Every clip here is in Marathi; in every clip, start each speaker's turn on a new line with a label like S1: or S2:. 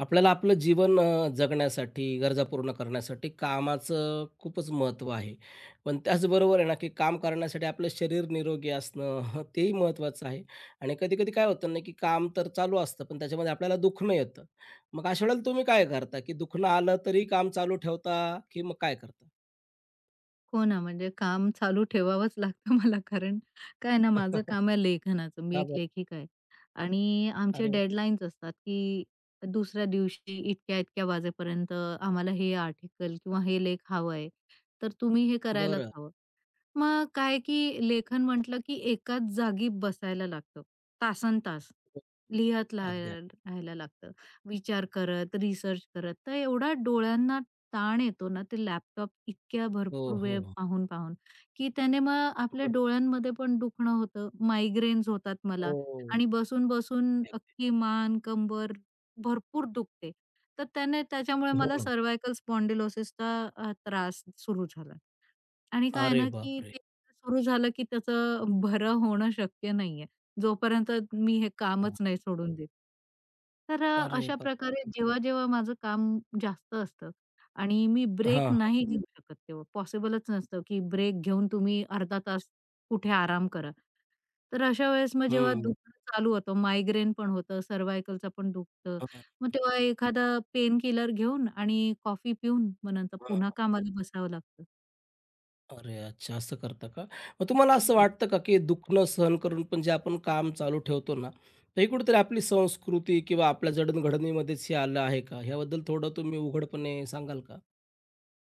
S1: आपल्याला आपलं जीवन जगण्यासाठी, गरजा पूर्ण करण्यासाठी कामाचं खूपच महत्त्व आहे. पण त्याचबरोबर आहे ना, की काम करण्यासाठी आपलं शरीर निरोगी असणं तेही महत्त्वाचं आहे. आणि कधी-कधी काय होतं ना, की काम तर चालू असतं, पण त्याच्यामध्ये आपल्याला दुखणं येतं. मग अशा वेळेला तुम्ही काय करता, की दुखणं आलं तरी काम चालू ठेवता, की मग काय करता?
S2: हो ना, म्हणजे काम चालू ठेवावंच लागतं मला कारण काय आहे ना, माझं काम आहे लेखनाचं. मी
S1: का
S2: एक
S1: बरं?
S2: लेखिका आहे आणि आमचे
S1: अरे वाह!
S2: डेडलाईन्स असतात, की दुसऱ्या दिवशी इतक्या-इतक्या वाजेपर्यंत आम्हाला हे आर्टिकल किंवा हे लेख हवं आहे, तर तुम्ही हे करायलाच
S1: बरं.
S2: हवं. मग काय की लेखन म्हटलं की एकाच जागी बसायला लागतं, तासनतास.
S1: अगदी.
S2: लिहत राहाय
S1: अगदी.
S2: राहायला लागतं. विचार करत, रिसर्च करत. तर एवढा डोळ्यांना ताण येतो ना, ते लॅपटॉप इतक्या भरपूर
S1: हो,
S2: वेळ
S1: हो.
S2: पाहून-पाहून, की त्याने मग
S1: हो.
S2: आपल्या
S1: बरं.
S2: डोळ्यांमध्ये पण दुखणं होतं, मायग्रेन्स होतात मला
S1: हो.
S2: आणि बसून-बसून अख्खी मान, कंबर भरपूर दुखते. तर त्याने त्याच्यामुळे
S1: हो
S2: मला
S1: ना.
S2: सर्व्हायकल स्पॉन्डिलोसिसचा त्रास सुरू झाला. आणि काय आहे
S1: अरे
S2: ना, की
S1: बापरे!
S2: ते सुरू झालं, की त्याचं बरं होणं शक्य नाहीये, जोपर्यंत मी हे कामच नाही सोडून देत. तर
S1: अरे
S2: अशा
S1: बाप.
S2: प्रकारे जेव्हा-जेव्हा माझं काम जास्त असतं आणि मी ब्रेक
S1: हां.
S2: नाही घेऊ शकत तेव्हा पॉसिबलच नसतं, की ब्रेक घेऊन तुम्ही अर्धा तास कुठे आराम करा. तर अशा वेळेस मग जेव्हा
S1: हं,
S2: दुखणं चालू होतं, मायग्रेन पण होतं, सर्व्हायकलचं पण दुखतं.
S1: हं, हं.
S2: मग तेव्हा एखादा पेनकिलर घेऊन आणि कॉफी पिऊन मग नंतर पुन्हा कामाला बसावं लागतं.
S1: अरे, अच्छा असं करता का? मग तुम्हाला असं वाटतं का, की दुखणं सहन करून पण जे आपण काम चालू ठेवतो ना, तर हे कुठेतरी आपली संस्कृती किंवा आपल्या जडणघडणीमध्येच हे आलं आहे का? ह्याबद्दल थोडं तुम्ही उघडपणे सांगाल का?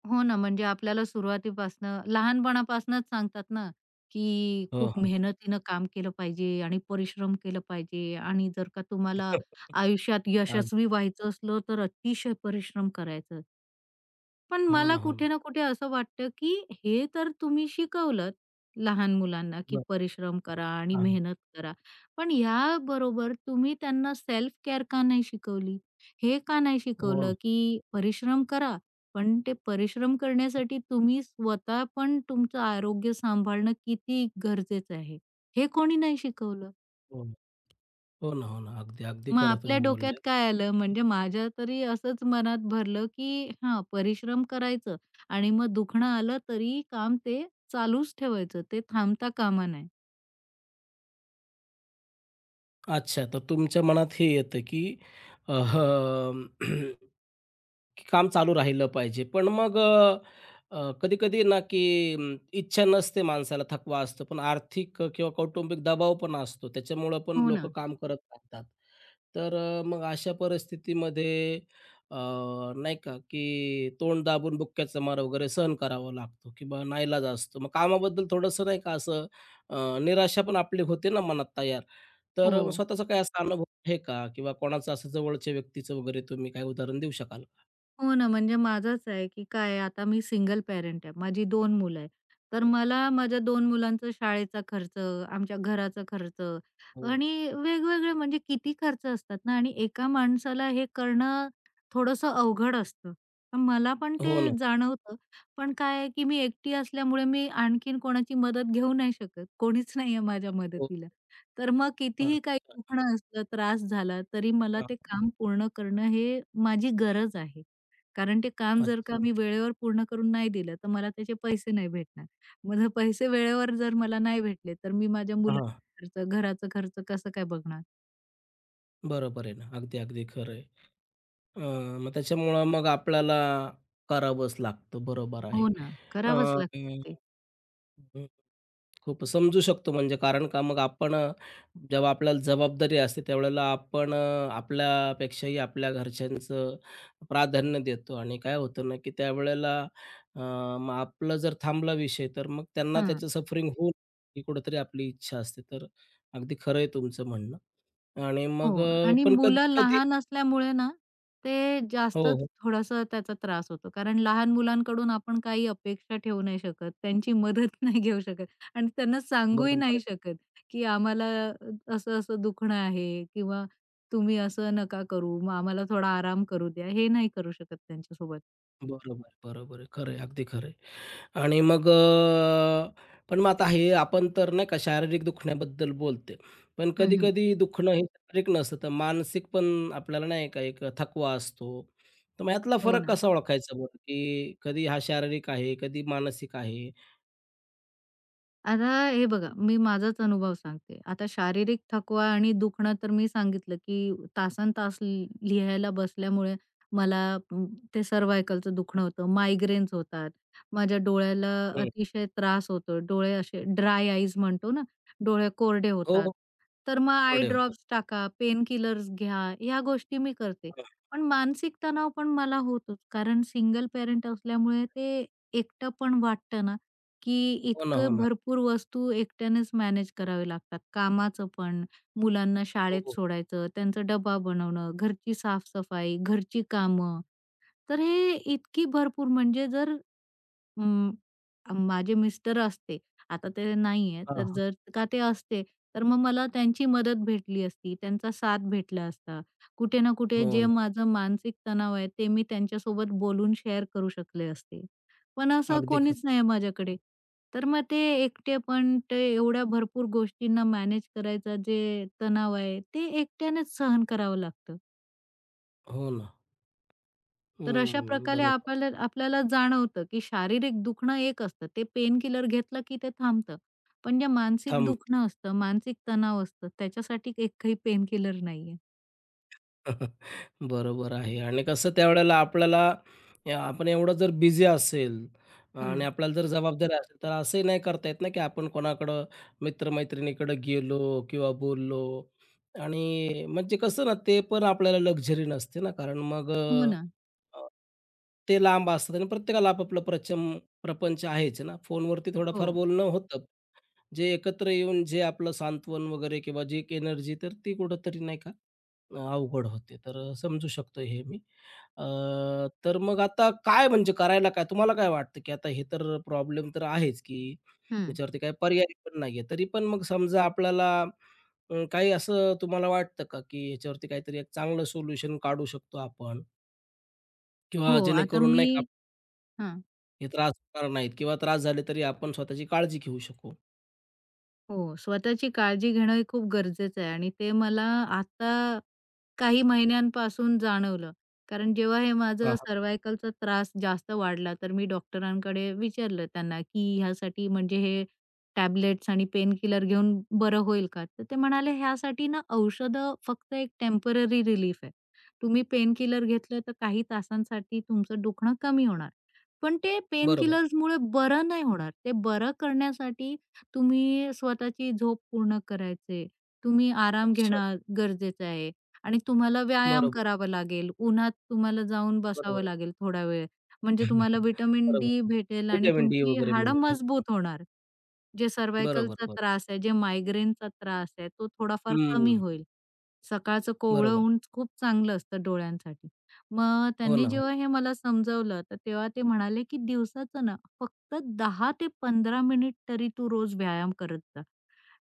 S2: हो ना, म्हणजे आपल्याला सुरुवातीपासनं लहानपणापासूनच सांगतात ना, की
S1: हो,
S2: खूप
S1: हो.
S2: मेहनतीनं काम केलं पाहिजे आणि परिश्रम केलं पाहिजे आणि जर का तुम्हाला आयुष्यात
S1: अग.
S2: यशस्वी व्हायचं असलं, तर अतिशय परिश्रम करायचं. पण
S1: हो
S2: मला
S1: ना, हो
S2: कुठे
S1: ना.
S2: ना कुठे असं वाटतं, की हे तर तुम्ही शिकवलंत लहान मुलांना, की
S1: बरं.
S2: परिश्रम करा आणि
S1: हां,
S2: मेहनत करा. पण याबरोबर तुम्ही त्यांना सेल्फ केअर का नाही शिकवली? हे का नाही
S1: हो ना,
S2: शिकवलं, की परिश्रम करा, पण ते परिश्रम करण्यासाठी तुम्ही स्वतः पण तुमचं आरोग्य सांभाळणं किती गरजेचं आहे, हे कोणी नाही शिकवलं?
S1: हो ना. हो ना, हो ना. अगदी, अगदी
S2: मग
S1: खरं तुम्ही
S2: आपल्या डोक्यात
S1: बोलले.
S2: काय आलं म्हणजे माझ्या तरी असंच मनात भरलं, की हां, परिश्रम करायचं आणि मग दुखणं आलं तरी काम ते चालूच ठेवायचं. ते थांबता कामा नये.
S1: अच्छा, तर तुमच्या मनात हे येतं, की अ, की काम चालू राहिलं पाहिजे. पण मग अ, अ, कधी-कधी ना, की इच्छा नसते माणसाला, थकवा असतो. पण आर्थिक किंवा कौटुंबिक दबाव पण असतो. त्याच्यामुळं पण
S2: हो
S1: लोकं
S2: ना.
S1: काम करत राहतात. तर मग अशा परिस्थितीमध्ये अ, नाही का, की तोंड दाबून बुक्क्याचा मार वगैरे सहन करावा लागतो किंवा नाईलाज असतो. मग कामाबद्दल थोडंसं नाही का असं अ, निराशा पण आपली होते ना मनात तयार. तर
S2: हो.
S1: स्वतःचा काही असा अनुभव आहे का? किंवा कोणाचं असं जवळच्या व्यक्तीचं वगैरे तुम्ही काही उदाहरण देऊ शकाल?
S2: हो ना, म्हणजे माझंच आहे, की काय आहे आता मी सिंगल पॅरेंट आहे. माझी 2 मुलं आहेत. तर मला माझ्या 2 मुलांचा शाळेचा खर्च, आमच्या घराचा खर्च
S1: हो.
S2: आणि वेगवेगळे म्हणजे किती खर्च असतात ना आणि एका माणसाला हे करणं थोडंसं अवघड असतं. तर मला पण ते
S1: हो ना.
S2: जाणवतं. पण काय आहे, की मी एकटी असल्यामुळे मी आणखीन कोणाची मदत घेऊ नाही शकत. कोणीच नाही आहे माझ्या
S1: हो.
S2: मदतीला. तर मग कितीही काही
S1: अच्छा.
S2: दुखणं असलं, त्रास झाला, तरी मला
S1: हां.
S2: ते काम पूर्ण करणं हे माझी गरज आहे. कारण ते काम जर
S1: अच्छा.
S2: का मी वेळेवर पूर्ण करून नाही दिलं, तर मला त्याचे पैसे नाही भेटणार. मग जर पैसे वेळेवर जर मला नाही भेटले, तर मी माझ्या
S1: हां.
S2: मुलाचा खर्च, घराचा खर्च कसं काय बघणार?
S1: बरोबर आहे ना. अगदी, अगदी खरं आहे. अ, मग त्याच्यामुळं मग आपल्याला करावंच लागतं. बरोबर आहे.
S2: हो ना,
S1: अ,
S2: करावंच लागतं ते.
S1: खूप समजू शकतो म्हणजे कारण का मग आपण जेव्हा आपल्याला जबाबदारी असते त्यावेळेला आपण आपल्यापेक्षाही आपल्या घरच्यांचं प्राधान्य देतो आणि काय होतं ना की त्यावेळेला अ, मग आपलं जर थांबला विषय तर मग त्यांना
S2: हां.
S1: त्याचं सफरिंग होऊन ही कुठेतरी आपली इच्छा असते तर अगदी खरं आहे तुमचं म्हणणं. आणि मग
S2: हो. आणि
S1: पण कधी
S2: मुलं
S1: कधी
S2: लहान असल्यामुळे ना, ते
S1: हो,
S2: जास्तच
S1: हो.
S2: थोडासा त्याचा त्रास होतो. कारण लहान मुलांकडून आपण काही अपेक्षा ठेवू नाही शकत. त्यांची मदत नाही घेऊ शकत आणि त्यांना सांगूही
S1: बरोबर
S2: नाही
S1: आहे.
S2: शकत, की आम्हाला असं-असं दुखणं आहे किंवा तुम्ही असं नका करू. मग आम्हाला थोडा आराम करू द्या. हे नाही करू शकत त्यांच्यासोबत.
S1: बरोबर आहे. बरोबर आहे. खरं आहे. अगदी खरं आहे. आणि मग पण मग आता हे आपण तर नाही का शारीरिक दुखण्याबद्दल बोलते. पण
S2: हं, हं.
S1: कधी-कधी दुखणं हे शारीरिक नसतं, तर मानसिक पण आपल्याला नाही का एक थकवा असतो. तर मग यातला
S2: हो
S1: फरक
S2: ना.
S1: कसा ओळखायचा बरं, की कधी हा शारीरिक आहे, कधी मानसिक आहे?
S2: आता हे बघा, मी माझाच अनुभव सांगते. आता शारीरिक थकवा आणि दुखणं तर मी सांगितलं, की तासनतास लिहायला बसल्यामुळे मला अं, ते सर्व्हायकलचं दुखणं होतं, मायग्रेन्स होतात. माझ्या डोळ्याला
S1: हं.
S2: अतिशय त्रास होतो. डोळे असे ड्राय आईज म्हणतो ना, डोळे कोरडे
S1: हो,
S2: होतात.
S1: हो.
S2: तर मग आय
S1: कोरडे होतात.
S2: ड्रॉप्स टाका, पेन किलर्स घ्या, ह्या गोष्टी मी करते.
S1: हं.
S2: पण मानसिक तणाव पण मला होतोच, कारण सिंगल पॅरंट असल्यामुळे ते एकटं पण वाटतं ना, की
S1: हो ना, हो
S2: इतकं
S1: ना.
S2: भरपूर वस्तू एकट्यानेच मॅनेज करावे लागतात. कामाचं पण, मुलांना शाळेत
S1: हो.
S2: सोडायचं, त्यांचा डबा बनवणं, घरची साफसफाई, घरची कामं. तर हे इतकी भरपूर म्हणजे जर अं, माझे मिस्टर असते, आता ते नाहीये,
S1: हां,
S2: तर
S1: हां.
S2: जर का ते असते, तर मग मला त्यांची मदत भेटली असती, त्यांचा साथ भेटला असता. कुठे ना कुठे
S1: हो
S2: जे
S1: ना.
S2: माझं मानसिक तणाव आहे, ते मी त्यांच्यासोबत बोलून शेअर करू शकले असते. पण असं
S1: अगदी खरं.
S2: कोणीच नाही माझ्याकडे. तर मग ते एकटेपण, ते एवढ्या भरपूर गोष्टींना मॅनेज करायचा जे तणाव आहे, ते एकट्यानेच सहन करावं लागतं.
S1: हो ना.
S2: तर अशा
S1: हं,
S2: प्रकारे
S1: बरोबर.
S2: आपल्याला आपल्याला जाणवतं, की शारीरिक दुखणं एक असतं, ते पेन किलर घेतलं की ते थांबतं. पण जे मानसिक
S1: थांब.
S2: दुखणं असतं, मानसिक तणाव असतं, त्याच्यासाठी एकही पेनकिलर नाहीये.
S1: बरोबर आहे. आणि कसं त्यावेळेला आपल्याला या आपण एवढं जर बिझी असेल आणि
S2: हां.
S1: आपल्याला जर जबाबदारी असेल, तर असंही नाही करता येत ना, की आपण कोणाकडं मित्र-मैत्रिणीकडं गेलो किंवा बोललो आणि म्हणजे कसं ना, ते पण आपल्याला लक्झरी नसते ना, कारण मग
S2: हो ना.
S1: ते लांब असतात आणि प्रत्येकाला आपापलं प्रपंच आहेच ना. फोनवरती
S2: हो.
S1: थोडंफार बोलणं होतं. जे एकत्र येऊन जे आपलं सांत्वन वगैरे किंवा जी एक एनर्जी तर ती कुठेतरी नाही का अवघड होते. तर समजू शकतो हे मी. अ, तर मग आता काय म्हणजे करायला काय? तुम्हाला काय वाटतं, की आता हे तर प्रॉब्लेम तर आहेच, की
S2: हं.
S1: त्याच्यावरती काही पर्याय पण नाहीये. तरी पण मग समजा आपल्याला काही असं तुम्हाला वाटतं का, की ह्याच्यावरती काहीतरी एक चांगलं सोल्युशन काढू शकतो आपण
S2: हो,
S1: किंवा
S2: आता
S1: जेणेकरून
S2: मी
S1: नाही का
S2: हां.
S1: हे त्रास होणार नाहीत किंवा त्रास झाले तरी आपण स्वतःची काळजी घेऊ शकू?
S2: हो, स्वतःची काळजी घेणं हे खूप गरजेचं आहे आणि ते मला आता काही महिन्यांपासून जाणवलं. कारण जेव्हा हे
S1: हां,
S2: माझं
S1: हां.
S2: सर्व्हायकलचा त्रास जास्त वाढला, तर मी डॉक्टरांकडे विचारलं त्यांना, की ह्यासाठी म्हणजे हे टॅबलेट्स आणि पेनकिलर घेऊन बरं होईल का? तर ते म्हणाले, "ह्यासाठी ना औषधं फक्त एक टेम्पररी रिलीफ आहे. तुम्ही पेनकिलर घेतलं तर काही तासांसाठी तुमचं दुखणं कमी होणार. पण ते
S1: बरोबर. आहे.
S2: पेनकिलर्समुळे बरं नाही होणार. ते बरं करण्यासाठी तुम्ही स्वतःची झोप पूर्ण करायचे, तुम्ही आराम
S1: अच्छा.
S2: घेणं गरजेचं आहे आणि तुम्हाला व्यायाम
S1: बरोबर,
S2: करावा लागेल. उन्हात तुम्हाला जाऊन
S1: बरोबर
S2: बसावं
S1: आहे.
S2: लागेल थोडा वेळ. म्हणजे तुम्हाला व्हिटॅमिन डी
S1: बरोबर.
S2: भेटेल आणि
S1: व्हिटॅमिन डी
S2: तुमची
S1: वगैरे
S2: हाडं
S1: मिळेल. हो, हो.
S2: मजबूत होणार. जे
S1: बरोबर,
S2: सर्व्हायकलचा
S1: बरोबर.
S2: त्रास आहे, जे मायग्रेनचा त्रास आहे, तो थोडाफार कमी
S1: हं,
S2: होईल. सकाळचं कोवळं
S1: बरोबर.
S2: ऊन खूप चांगलं असतं डोळ्यांसाठी. मग
S1: हो
S2: त्यांनी
S1: ना, हो.
S2: जेव्हा हे मला समजावलं, तर तेव्हा ते म्हणाले, की "दिवसाचं ना, तर 10 ते 15 मिनिट तरी तू रोज व्यायाम करत जा.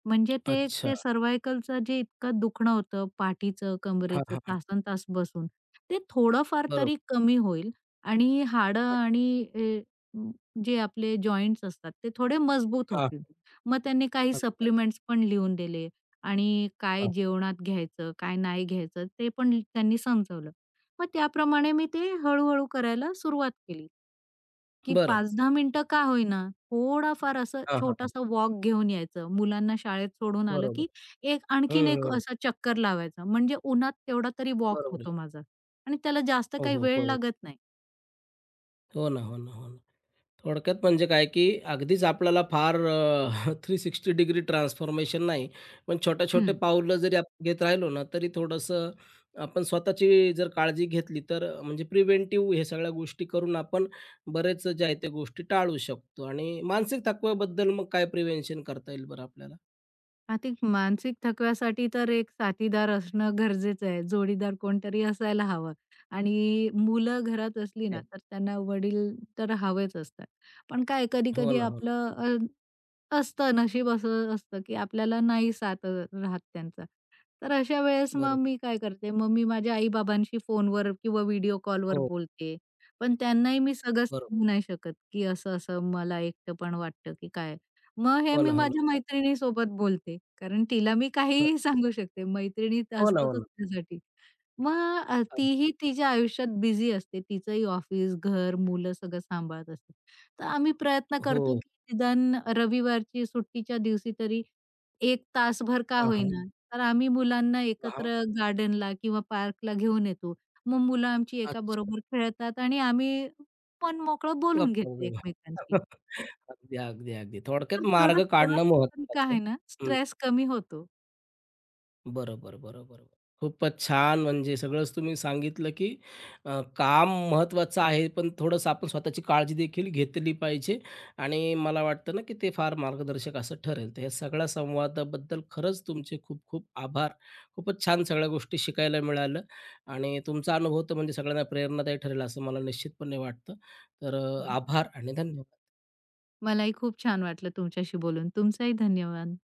S2: म्हणजे ते
S1: अच्छा.
S2: ते सर्व्हायकलचं जे इतकं दुखणं होतं, पाठीचं,
S1: हां,
S2: कमरेचं
S1: हां, हां.
S2: तासन तास बसून, ते थोडंफार तरी
S1: बरोबर.
S2: कमी होईल आणि हाडं
S1: अच्छा.
S2: आणि जे आपले जॉइंट्स असतात ते थोडे मजबूत
S1: हां,
S2: होतील. मग त्यांनी काही
S1: अगदी, अगदी.
S2: सप्लिमेंट्स पण लिहून दिले आणि काय
S1: हां.
S2: जेवणात घ्यायचं, काय नाही घ्यायचं ते पण त्यांनी समजावलं. मग त्याप्रमाणे मी ते हळू करायला सुरुवात केली. की
S1: बरं.
S2: 5-10 मिनिटं का होईना, थोडाफार असं
S1: हां, हां, हां.
S2: छोटासा वॉक घेऊन यायचं. मुलांना शाळेत सोडून आलं
S1: बरोबर.
S2: की एक
S1: हं,
S2: आणखीन एक
S1: हं.
S2: असा चक्कर लावायचा. म्हणजे उन्हात तेवढा तरी वॉक
S1: बरोबर आहे.
S2: होतो माझा आणि त्याला जास्त
S1: हो,
S2: काही
S1: हो.
S2: वेळ
S1: बरोबर.
S2: लागत नाही.
S1: हो ना, हो ना, हो ना. थोडक्यात म्हणजे काय, की अगदीच आपल्याला फार 360 डिग्री ट्रान्सफॉर्मेशन नाही, पण छोटे-छोटे
S2: हं.
S1: पाऊलं जरी आपण घेत राहिलो ना, तरी थोडंसं आपण स्वतःची जर काळजी घेतली, तर म्हणजे प्रिव्हेंटिव्ह हे सगळ्या गोष्टी करून आपण बरेच ज्या आहेत त्या गोष्टी टाळू शकतो. आणि मानसिक थकव्याबद्दल मग काय प्रिव्हेन्शन करता येईल बरं आपल्याला?
S2: आर्थिक मानसिक थकव्यासाठी तर एक साथीदार असणं गरजेचं आहे. जोडीदार कोणतरी असायला हवं आणि मुलं घरात असली
S1: ते
S2: ना, तर त्यांना वडील तर हवेच असतात. पण काय
S1: हो
S2: कधी-कधी
S1: ना, हो ना.
S2: आपलं असतं नशीब असं असतं, की आपल्याला नाही साथ राहत त्यांचा. तर अशा वेळेस मग
S1: बरोबर.
S2: मी काय करते, मग मी माझ्या आई-बाबांशी फोनवर किंवा व्हिडिओ कॉलवर
S1: हो,
S2: बोलते. पण त्यांनाही मी सगळं
S1: बरोबर.
S2: सांगू नाही शकत, की असं-असं मला एकटं पण वाटतं, की काय मग हे
S1: हो
S2: मी
S1: ना, हो ना.
S2: माझ्या मैत्रिणीसोबत बोलते. कारण तिला मी
S1: बरं.
S2: काहीही सांगू शकते. मैत्रिणी तर
S1: हो ना, हो
S2: असतातच
S1: ना.
S2: त्यासाठी. मग
S1: अग.
S2: तीही तिच्या आयुष्यात बिझी असते. तिचंही ऑफिस, घर, मुलं सगळं सांभाळत असते. तर आम्ही प्रयत्न
S1: हो.
S2: करतो, की निदान रविवारची सुट्टीच्या दिवशी तरी 1 तासभर का
S1: हां, हां.
S2: होईना, तर आम्ही मुलांना
S1: हां,
S2: एकत्र गार्डनला किंवा पार्कला घेऊन येतो. मग मुलं आमची
S1: अच्छा.
S2: एकाबरोबर खेळतात आणि आम्ही मनमोकळं बोलून
S1: गप्पा
S2: घेतो
S1: गोष्टी.
S2: एकमेकांशी.
S1: अगदी, अगदी, अगदी. थोडक्यात
S2: तर तेवढा
S1: मार्ग काढणं
S2: थोडाफार तरी का
S1: महत्त्वाचं.
S2: आहे ना,
S1: हं.
S2: स्ट्रेस कमी होतो.
S1: बरोबर, बरोबर. खूपच छान म्हणजे सगळंच तुम्ही सांगितलं, की काम महत्त्वाचं आहे, पण थोडंसं आपण स्वतःची काळजी देखील घेतली पाहिजे आणि मला वाटतं ना, की ते फार मार्गदर्शक असं ठरेल. तर या सगळ्या संवादाबद्दल खरंच तुमचे खूप खूप आभार. खूपच छान सगळ्या गोष्टी शिकायला मिळालं आणि तुमचा अनुभव तर म्हणजे सगळ्यांना प्रेरणादायी ठरेल असं मला निश्चितपणे वाटतं. तर आभार आणि धन्यवाद.
S2: मलाही खूप छान वाटलं तुमच्याशी बोलून. तुमचाही धन्यवाद.